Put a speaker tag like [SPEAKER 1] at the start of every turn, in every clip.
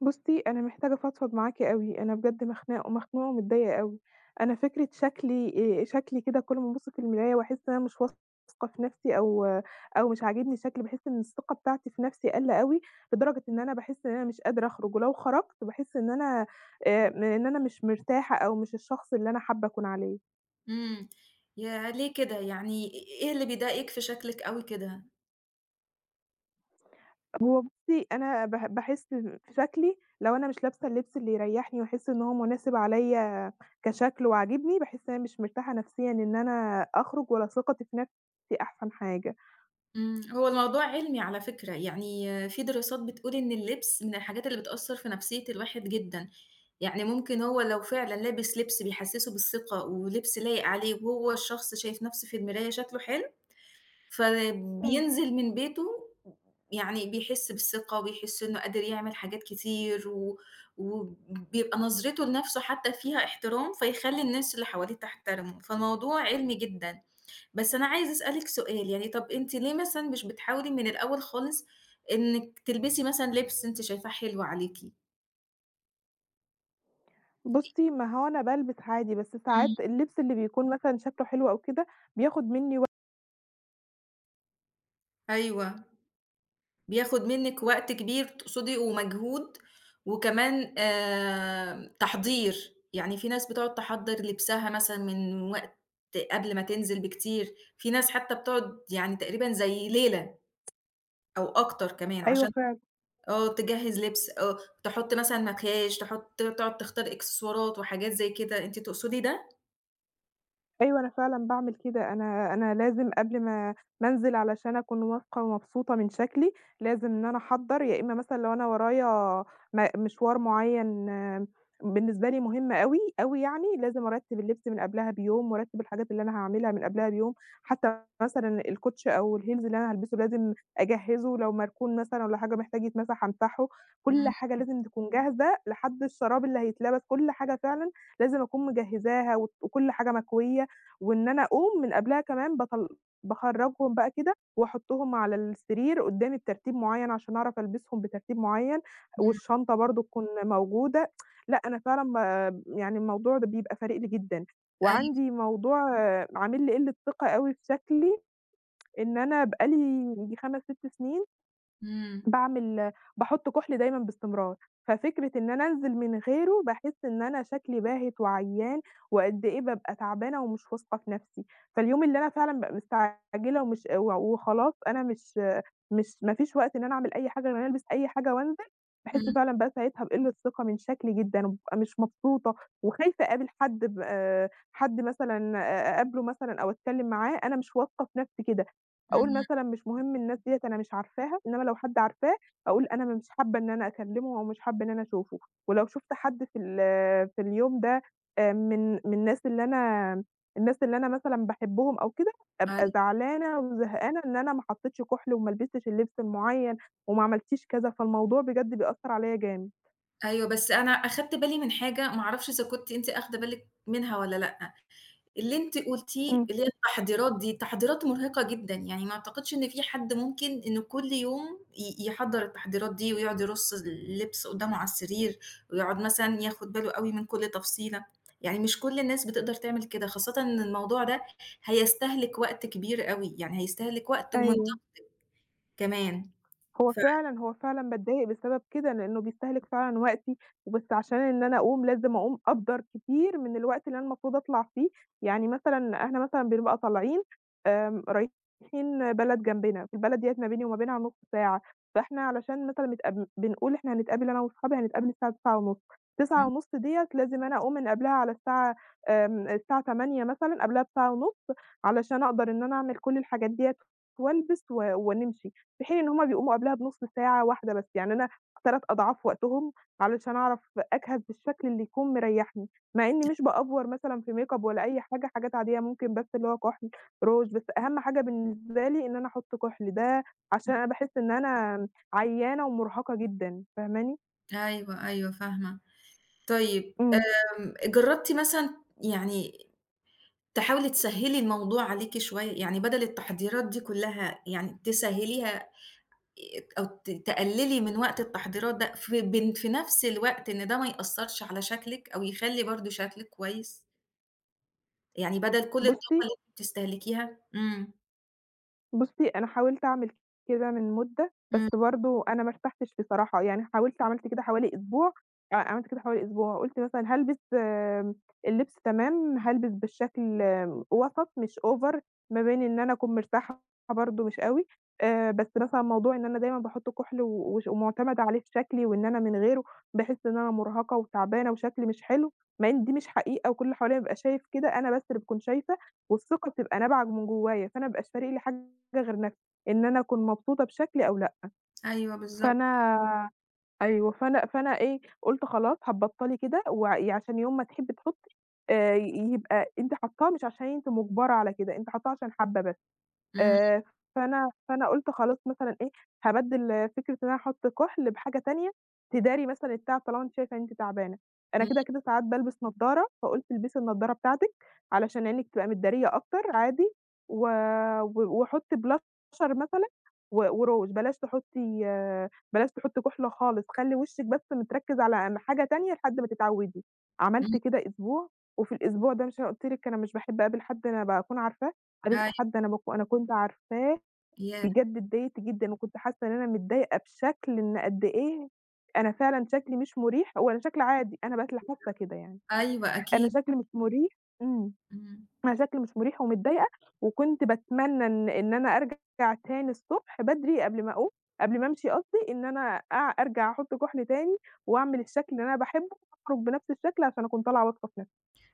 [SPEAKER 1] بُصّي، أنا محتاجة أفضفض معاكِ أوي. أنا بجد مخنوقة مخنوقة ومتضايقة أوي. أنا فكرة شكلي شكلي كده كل ما أبُص في المراية وأحس إن أنا مش واثقة في نفسي، أو مش عاجبني شكلي. باحس إن الثقة بتاعتي في نفسي قلّة أوي، لدرجة إن أنا باحس إن أنا مش قادرة أخرج، ولو خرجت باحس آآ إن أنا مش مرتاحة أو مش الشخص اللي أنا حابة أكون عليه.
[SPEAKER 2] إمم. ياه! ليه كده؟ يعني إيه اللي بيضايقِك في شكلِك أوي كده؟
[SPEAKER 1] هو بُصّي، أنا باحس في شكلي لو أنا مش لابسة اللبس اللي يريّحني واحس إن هو مناسب عليّا كشكل وعاجبني، باحس إن أنا مش مرتاحة نفسيًا إن أنا أخرج، ولا ثقتي في نفسي أحسن حاجة.
[SPEAKER 2] هو الموضوع علمي على فكرة، يعني في دراسات بتقول إن اللبس من الحاجات اللي بتأثّر في نفسية الواحد جدًا، يعني ممكن هو لو فعلًا لابس لبس بيحسّسه بالثقة ولبس لايق عليه وهو الشخص شايف نفسه في المراية شكله حلو
[SPEAKER 1] إمم.
[SPEAKER 2] فبينزل من بيته يعني بيحس بالثقة وبيحس إنه قادر يعمل حاجات كتير و وبيبقى نظرته لنفسه حتى فيها احترام، فيخلّي الناس اللي حواليه تحترمه، فالموضوع علمي جدًا. بس أنا عايزة أسألِك سؤال، يعني طَب أنتِ ليه مثلًا مش بتحاولي من الأول خالص إنِّك تلبسي مثلًا لِبس أنتِ شايفاه حلو عليكِ؟
[SPEAKER 1] بُصّي، ما هو أنا بالبس عادي، بس
[SPEAKER 2] إمم.
[SPEAKER 1] ساعات اللبس اللي بيكون مثلًا شكله حلو أو كده بياخد منّي وق
[SPEAKER 2] أيوه. بياخد منِّك وقت كبير تقصدي ومجهود، وكمان تحضير، يعني في ناس بتقعد تحضّر لبسها مثلًا من وقت قبل ما تنزل بكتير، في ناس حتى بتقعد يعني تقريبًا زي ليلة أو أكتر كمان
[SPEAKER 1] أيوه
[SPEAKER 2] عشان
[SPEAKER 1] فعلًا.
[SPEAKER 2] تجهّز لبس، تحط مثلًا مكياج، تحط تقعد تختار إكسسوارات وحاجات زي كده، أنتِ تقصدي ده؟
[SPEAKER 1] أيوه، أنا فعلًا باعمل كده. أنا لازم قبل ما أنزل علشان أكون واثقة ومبسوطة من شكلي، لازم إن أنا أحضّر، يا إمّا مثلًا لو أنا ورايا مشوار معيّن، آه، بالنسبة لي مهم أوي، أوي يعني. لازم أرتّب اللبس من قبلها بيوم، وأرتّب الحاجات اللي أنا هاعملها من قبلها بيوم. حتى مثلًا الكوتشي أو الheels اللي أنا هالبسه لازم أجهّزه، لو مركون مثلًا والّا حاجة محتاج يتمسح هامسحه. كل
[SPEAKER 2] إمم،
[SPEAKER 1] حاجة لازم تكون جاهزة لحد الشراب اللي هيتلبس، كل حاجة فعلًا لازم أكون مجهّزاها وكل حاجة مكوية. وإن أنا أقوم من قبلها كمان باخرّجهم بقى كده وأحطّهم على السرير قدّامي بترتيب معيّن عشان أعرف ألبسهم بترتيب معيّن،
[SPEAKER 2] إمم،
[SPEAKER 1] والشنطة برضه تكون موجودة. لأ، أنا فعلًا يعني الموضوع ده بيبقى فارق لي جدًا.
[SPEAKER 2] أيوه،
[SPEAKER 1] وعندي موضوع عامل لي قِلّة ثقة أوي في شكلي، إن أنا بقى لي ييجي 5، 6 سنين
[SPEAKER 2] إمم،
[SPEAKER 1] باعمل باحُط كُحْل دايمًا باستمرار. ففكرة إن أنا أنزل من غيره باحس إن أنا شكلي باهت وعيّان، وقد إيه بابقى تعبانة ومش واثقة في نَفْسي. فاليوم اللي أنا فعلًا بابقى مستعجلة ومش و وخلاص أنا مش مش ما فيش وقت إن أنا أعمل أي حاجة غير إن أنا ألبس أي حاجة وأنزل، باحس
[SPEAKER 2] إمم،
[SPEAKER 1] فعلًا بقى ساعتها بقِلّة ثقة من شكلي جدًا، وبابقى مش مبسوطة. وخايفة أقابل حد مثلًا أقابله مثلًا أو أتكلم معاه، أنا مش واثقة في نفسي كده. أقول
[SPEAKER 2] إمم،
[SPEAKER 1] مثلًا مش مهم الناس ديّة أنا مش عارفاها، إنما لو حد عارفاه أقول أنا مش حابة إن أنا أكلمه أو مش حابة إن أنا أشوفه. ولو شُفت حد في اليوم ده، من الناس اللي أنا مثلًا باحبهم أو كده، أبقى
[SPEAKER 2] أيوه،
[SPEAKER 1] زعلانة وزهقانة إن أنا ما حطيتش كُحْل وما لبستش اللبس المُعيّن وما عملتيش كذا. فالموضوع بجد بيأثّر عليّا جامد.
[SPEAKER 2] أيوه، بس أنا أخدت بالي من حاجة ما أعرفش إذا كنتِ أنتِ آخدة بالِك منها والّا لأ، اللي أنتِ قُلتيه،
[SPEAKER 1] إمم،
[SPEAKER 2] اللي هي التحضيرات دي، تحضيرات مرهقة جدًا، يعني ما أعتقدش إن في حد ممكن إنه كل يوم يحضّر التحضيرات دي ويقعد يرُص اللبس قدامه على السرير ويقعد مثلًا ياخد باله أوي من كل تفصيلة، يعني مش كل الناس بتقدر تعمل كده، خاصةً إن الموضوع ده هيستهلك وقت كبير أوي، يعني هيستهلك وقت ومنطقة
[SPEAKER 1] أيوه.
[SPEAKER 2] كمان،
[SPEAKER 1] هو
[SPEAKER 2] ف
[SPEAKER 1] فعلًا، هو فعلًا باتضايق بسبب كده، لإنه بيستهلك فعلًا وقتي. وبس عشان إن أنا أقوم، لازم أقوم أقدّر كتير من الوقت اللي أنا المفروض أطلع فيه. يعني مثلًا إحنا مثلًا بنبقى طالعين رايحين بلد جنبنا، في البلد ديّة ما بيني وما بينها نص ساعة، فإحنا علشان مثلًا بنقول إحنا هنتقابل أنا وأصحابي هنتقابل الساعة 9:30
[SPEAKER 2] إمم.
[SPEAKER 1] 9:30 ديّة لازم أنا أقوم من قبلها على الساعة 8:00 مثلًا، قبلها بساعة ونُص، علشان أقدر إن أنا أعمل كل الحاجات ديّة وألبس و ونمشي. في حين إن هُم بيقوموا قبلها بنُص ساعة واحدة بس. يعني أنا 3 أضعاف وقتهم علشان أعرف أجهز بالشكل اللي يكون مريّحني، مع إني مش بأفور مثلًا في makeup ولا أي حاجة، حاجات عادية ممكن، بس اللي هو كُحْل، روج. بس أهم حاجة بالنسبة لي إن أنا أحُط كُحْل، ده عشان أنا باحس إن أنا عيانة ومُرهقة جدًا، فاهماني؟
[SPEAKER 2] أيوه، أيوه فاهمة. طيب
[SPEAKER 1] إمم.
[SPEAKER 2] جرّبتِ مثلًا يعني تحاولي تسهّلي الموضوع عليكِ شوية، يعني بدل التحضيرات دي كلّها يعني تسهّليها أو تقلّلي من وقت التحضيرات ده في في نفس الوقت إن ده ما يأثّرش على شكلِك أو يخلّي برضه شكلِك كويس، يعني بدل كل الطاقة
[SPEAKER 1] بُصّي
[SPEAKER 2] اللي أنتِ بتستهلكيها إمم،
[SPEAKER 1] بُصّي، أنا حاولت أعمل كده من مدة،
[SPEAKER 2] إمم،
[SPEAKER 1] بس برضه أنا ما ارتحتش بصراحة. يعني حاولت عملت كده حوالي أسبوع، آه، عملت كده حوالي أسبوع. قُلت مثلًا هالبس، آمم، اللبس تمام، هالبس بالشكل، آمم، وسط مش over، ما بين إن أنا أكون مرتاحة برضه مش أوي. بس مثلًا موضوع إن أنا دايمًا باحط كُحْل و وش ومعتمدة عليه في شكلي، وإن أنا من غيره باحس إن أنا مرهقة وتعبانة وشكلي مش حلو، مع إن دي مش حقيقة وكل اللي حواليّا بيبقى شايف كده، أنا بس اللي باكون شايفة. والثقة بتبقى نابعة من جوايا، فأنا ما بيبقاش فارق لي حاجة غير نَفْسي، إن أنا أكون مبسوطة بشكل أو لأ.
[SPEAKER 2] أيوه بالضبط،
[SPEAKER 1] فأنا أيوه. فأنا إيه، قُلت خلاص هتبطّلي كده يعني عشان يوم ما تحبّي تحُطّي، ي يبقى أنتِ حاطّاه مش عشان أنتِ مُجبرة على كده، أنتِ حاطّاه عشان حابّة بس.
[SPEAKER 2] إمم،
[SPEAKER 1] آآ، فأنا قُلت خلاص مثلًا إيه، هابدِّل فكرة إن أنا أحُط كُحْل بحاجة تانية تداري مثلًا التعب طالما أنتِ شايفة إن أنتِ تعبانة. أنا
[SPEAKER 2] إمم،
[SPEAKER 1] كده، كده ساعات بالبس نضّارة، فقُلت البسي النضّارة بتاعتِك علشان عينِك تبقى متدارية أكتر عادي، و و وحُطّي بلاشر مثلًا، وروج. بلاش تحُطّي كُحْل خالص، خلّي وشِّك بس متركِّز على حاجة تانية لحد ما تتعوِّدي. عملت
[SPEAKER 2] إمم،
[SPEAKER 1] كده أسبوع. وفي الأسبوع ده مش أنا قُلت لِك أنا مش باحب أقابل حد أنا باكون عارفاه. قابلت
[SPEAKER 2] أيوه،
[SPEAKER 1] حد أنا كنت عارفاه.
[SPEAKER 2] ياه!
[SPEAKER 1] بجد اتضايقت جدًا، وكنت حاسة إن أنا متضايقة بشكل إن قد إيه أنا فعلًا شكلي مش مريح. هو أنا شكلي عادي، أنا بس اللي حاسة كده يعني.
[SPEAKER 2] أيوه
[SPEAKER 1] أنا
[SPEAKER 2] أكيد،
[SPEAKER 1] شكلي مش مريح. إمم.
[SPEAKER 2] إمم.
[SPEAKER 1] أنا شكلي مش مريح ومتضايقة. وكنت باتمنى إن أنا أرجع تاني الصبح بدري قبل ما أقوم قبل ما أمشي قصدي، إن أنا أرجع أحط كحل تاني، وأعمل الشكل اللي أنا باحبه، وأخرج بنفس الشكل عشان أكون طالعة واثقة في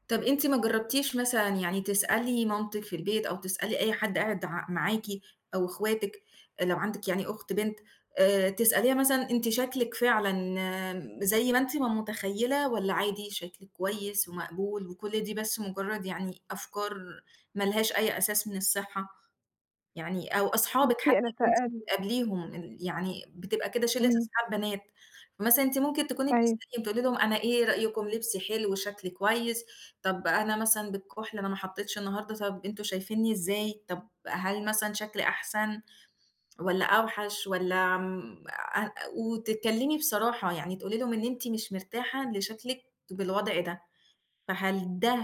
[SPEAKER 2] طب أنتِ ما جرّبتيش مثلًا يعني تسألي مامتِك في البيت أو تسألي أي حد قاعد ع معاكِ أو إخواتِك لو عندِك يعني أخت بنت، تسأليها مثلًا أنتِ شكلِك فعلًا زي ما أنتِ ما متخيّلة والّا عادي شكلِك كويس ومقبول وكل دي بس مجرّد يعني أفكار ما لهاش أي أساس من الصحة؟ يعني أو أصحابِك
[SPEAKER 1] نفسي.
[SPEAKER 2] حتى
[SPEAKER 1] أنا
[SPEAKER 2] اللي أنتِ
[SPEAKER 1] سأل
[SPEAKER 2] بتقابليهم يعني بتبقى كده شلة
[SPEAKER 1] إمم،
[SPEAKER 2] أصحاب بنات، فمثلًا أنتِ ممكن تكوني
[SPEAKER 1] أيوه.
[SPEAKER 2] بتسأليهم تقولي لهم أنا إيه رأيكم لبسي حلو، شكلي كويس، طب أنا مثلًا بالكحل أنا ما حطيتش النهارده، طب أنتم شايفينّي إزاي، طب هل مثلًا شكلي أحسن والّا أوحش والّا آمم أ وتتكلمي بصراحة، يعني تقولي لهم إن أنتِ مش مرتاحة لشكلِك بالوضع ده، فهل ده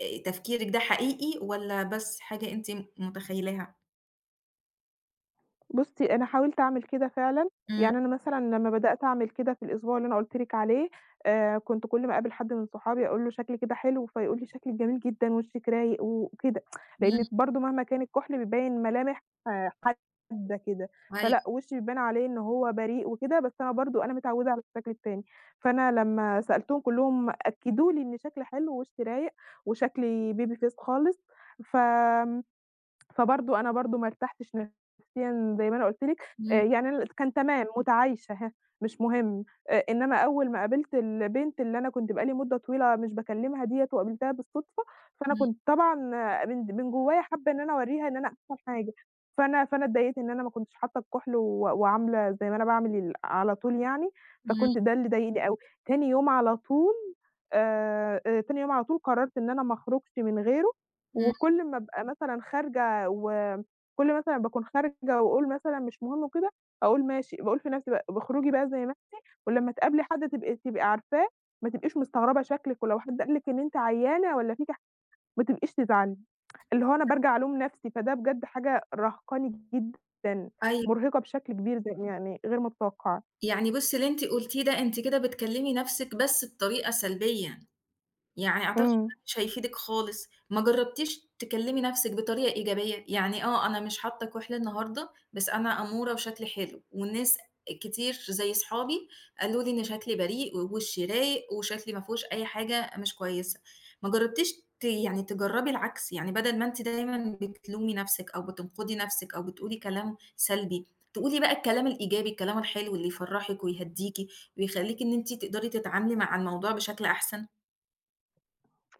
[SPEAKER 2] تفكيرِك ده حقيقي والّا بس حاجة أنتِ متخيلاها؟
[SPEAKER 1] بُصّي، أنا حاولت أعمل كده فعلًا.
[SPEAKER 2] إمم،
[SPEAKER 1] يعني أنا مثلًا لمّا بدأت أعمل كده في الأسبوع اللي أنا قُلت لِك عليه، كنت كل ما أقابل حد من صحابي أقول له شكلي كده حلو، فيقول لي شكلِك جميل جدًا، وشِّك رايق وكده،
[SPEAKER 2] إمم.
[SPEAKER 1] لإن برضه مهما كان الكحل بيبين ملامح حادة كده، فلأ
[SPEAKER 2] أيوه،
[SPEAKER 1] وشي بيبان عليه إن هو بريء وكده. بس أنا برضه أنا متعودة على الشكل التاني، فأنا لمّا سألتهم كلّهم أكدوا لي إن شكلي حلو، ووشي رايق، وشكلي baby face خالص. ف فبرضه أنا برضه ما ارتحتش نفسيًا زي ما أنا قُلت لِك.
[SPEAKER 2] إمم،
[SPEAKER 1] يعني أنا كان تمام مُتعايشة، هاه، مش مهم. إنّما أول ما قابلت البنت اللي أنا كنت بقى لي مدة طويلة مش باكلّمها ديّة وقابلتها بالصدفة، فأنا
[SPEAKER 2] إمم،
[SPEAKER 1] كنت طبعًا من جوّايا حابّة إن أنا أورّيها إن أنا أحسن حاجة. فأنا اتضايقت إن أنا ما كنتش حاطّة الكُحْل و وعاملة زي ما أنا باعمل ال على طول يعني.
[SPEAKER 2] إمم،
[SPEAKER 1] فكنت ده اللي ضايقني أوي. تاني يوم على طول تاني يوم على طول قرّرت إن أنا ما أخرجش من غيره.
[SPEAKER 2] إمم،
[SPEAKER 1] وكل ما أبقى مثلًا خارجة، وكل مثلًا باكون خارجة وأقول مثلًا مش مهم وكده، أقول ماشي، باقول في نفسي بقى باخرجي بقى زي ما أنتِ، ولمّا تقابلي حد تبقي عارفاه، ما تبقيش مستغربة شكلِك، ولو حد قال لِك إن أنتِ عيانة والّا فيكِ ح ما تبقيش تزعلي. اللي هو أنا بارجع ألوم نفسي، فده بجد حاجة رهقاني جدًا،
[SPEAKER 2] أيوه،
[SPEAKER 1] مرهقة بشكل كبير زي يعني غير متوقعة.
[SPEAKER 2] يعني بُصّي اللي أنتِ قُلتيه ده أنتِ كده بتكلّمي نَفْسِك بس بطريقة سلبية. يعني أعتقد
[SPEAKER 1] إمم.
[SPEAKER 2] ده مش هيفيدِك خالص، ما جرّبتيش تكلّمي نَفْسِك بطريقة إيجابية، يعني آه، أنا مش حاطة كُحْل النهارده، بس أنا أمورة وشكلي حلو، والناس كتير زي صحابي قالوا لي إن شكلي بريء ووشي رايق وشكلي ما فيهوش أي حاجة مش كويسة، ما جرّبتيش يعني تجرّبي العكس، يعني بدل ما أنتِ دايمًا بتلومي نَفْسِك أو بتنقدي نَفْسِك أو بتقولي كلام سلبي، تقولي بقى الكلام الإيجابي، الكلام الحلو اللي يفرّحِك ويهدّيكِ ويخلّيكِ إن أنتِ تقدري تتعاملي مع الموضوع بشكل أحسن؟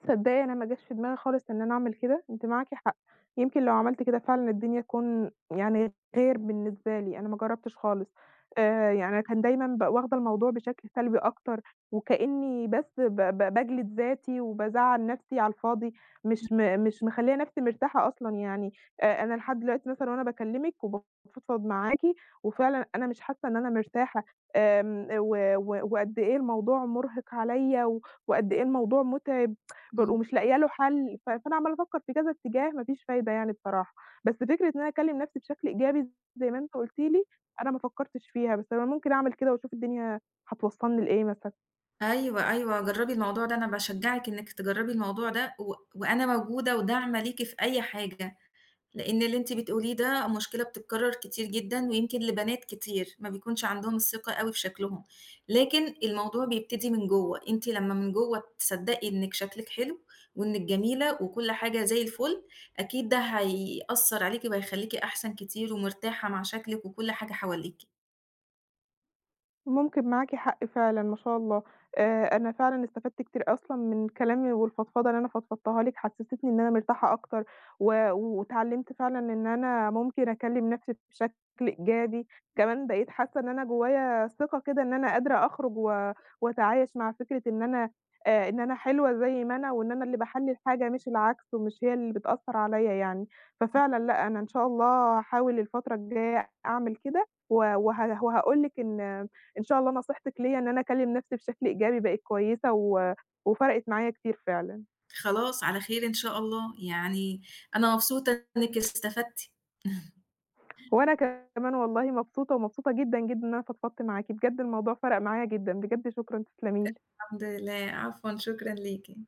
[SPEAKER 1] تصدّقي أنا ما جاش في دماغي خالص إن أنا أعمل كده، أنتِ معاكِ حق. يمكن لو عملت كده فعلًا الدنيا تكون يعني غير بالنسبة لي، أنا ما جرّبتش خالص. يعني أنا كان دايمًا واخدة الموضوع بشكل سلبي أكتر، وكإني بس ب ب باجلد ذاتي وبازعّل نَفْسي على الفاضي، مش مخلّية نَفْسي مرتاحة أصلًا يعني. أنا لحد دلوقتي مثلًا وأنا باكلّمِك وبافضفض معاكِ، وفعلًا أنا مش حاسة إن أنا مرتاحة. آمم و و وقد إيه الموضوع مُرهِق عليّا، و وقد إيه الموضوع مُتعب.
[SPEAKER 2] إمم.
[SPEAKER 1] ومش لاقية له حل. فأنا عمّالة أفكّر في كذا اتجاه ما فيش فايدة يعني بصراحة. بس فكرة إن أنا أكلّم نفْسي بشكل إيجابي زي ما أنت قُلت لي، أنا ما فكّرتش فيها، بس أنا ممكن أعمل كده وأشوف الدنيا هتوصّلني لإيه مثلًا.
[SPEAKER 2] أيوه، أيوه، جرّبي الموضوع ده، أنا باشجّعِك إنِّك تجرّبي الموضوع ده و وأنا موجودة وداعمة ليكِ في أي حاجة، لإن اللي أنتِ بتقوليه ده مشكلة بتتكرّر كتير جدًا ويمكن لبنات كتير ما بيكونش عندهم الثقة أوي في شكلهم، لكن الموضوع بيبتدي من جوّه، أنتِ لمّا من جوّه تصدّقي إنِّك شكلِك حلو وإنِّك جميلة وكل حاجة زي الفُل، أكيد ده هيأثّر عليكِ وهيخلّيكِ أحسن كتير ومرتاحة مع شكلِك وكل حاجة حواليكِ.
[SPEAKER 1] ممكن معاكِ حق فعلًا، ما شاء الله. أنا فعلًا استفدت كتير أصلًا من كلامي والفضفضة اللي أنا فضفضتها لِك، حسستني إن أنا مرتاحة أكتر. و واتعلمت فعلًا إن أنا ممكن أكلم نفسي بشكل إيجابي، كمان بقيت حاسة إن أنا جوايا ثقة كده، إن أنا قادرة أخرج و وأتعايش مع فكرة إن أنا، إن أنا حلوة زي ما أنا، وإن أنا اللي باحلّي الحاجة مش العكس، ومش هي اللي بتأثّر عليَّ يعني. ففعلًا لأ، أنا إن شاء الله هاحاول الفترة الجاية أعمل كده، و وه وهاقول لِك إن، إن شاء الله نصيحتِك ليّا إن أنا أكلّم نَفْسي بشكل إيجابي بقِت كويسة، و وفرقِت معايا كتير فعلًا.
[SPEAKER 2] خلاص على خير إن شاء الله، يعني أنا مبسوطة إنِّك استفدتِ.
[SPEAKER 1] وأنا كمان والله مبسوطة ومبسوطة جدًا، جدًا، إن أنا فضفضت معاكِ. بجد الموضوع فرَق معايا جدًا. بجد شكرًا، تسلمي لي.
[SPEAKER 2] الحمد لله، عفوًا، شكرًا ليكِ.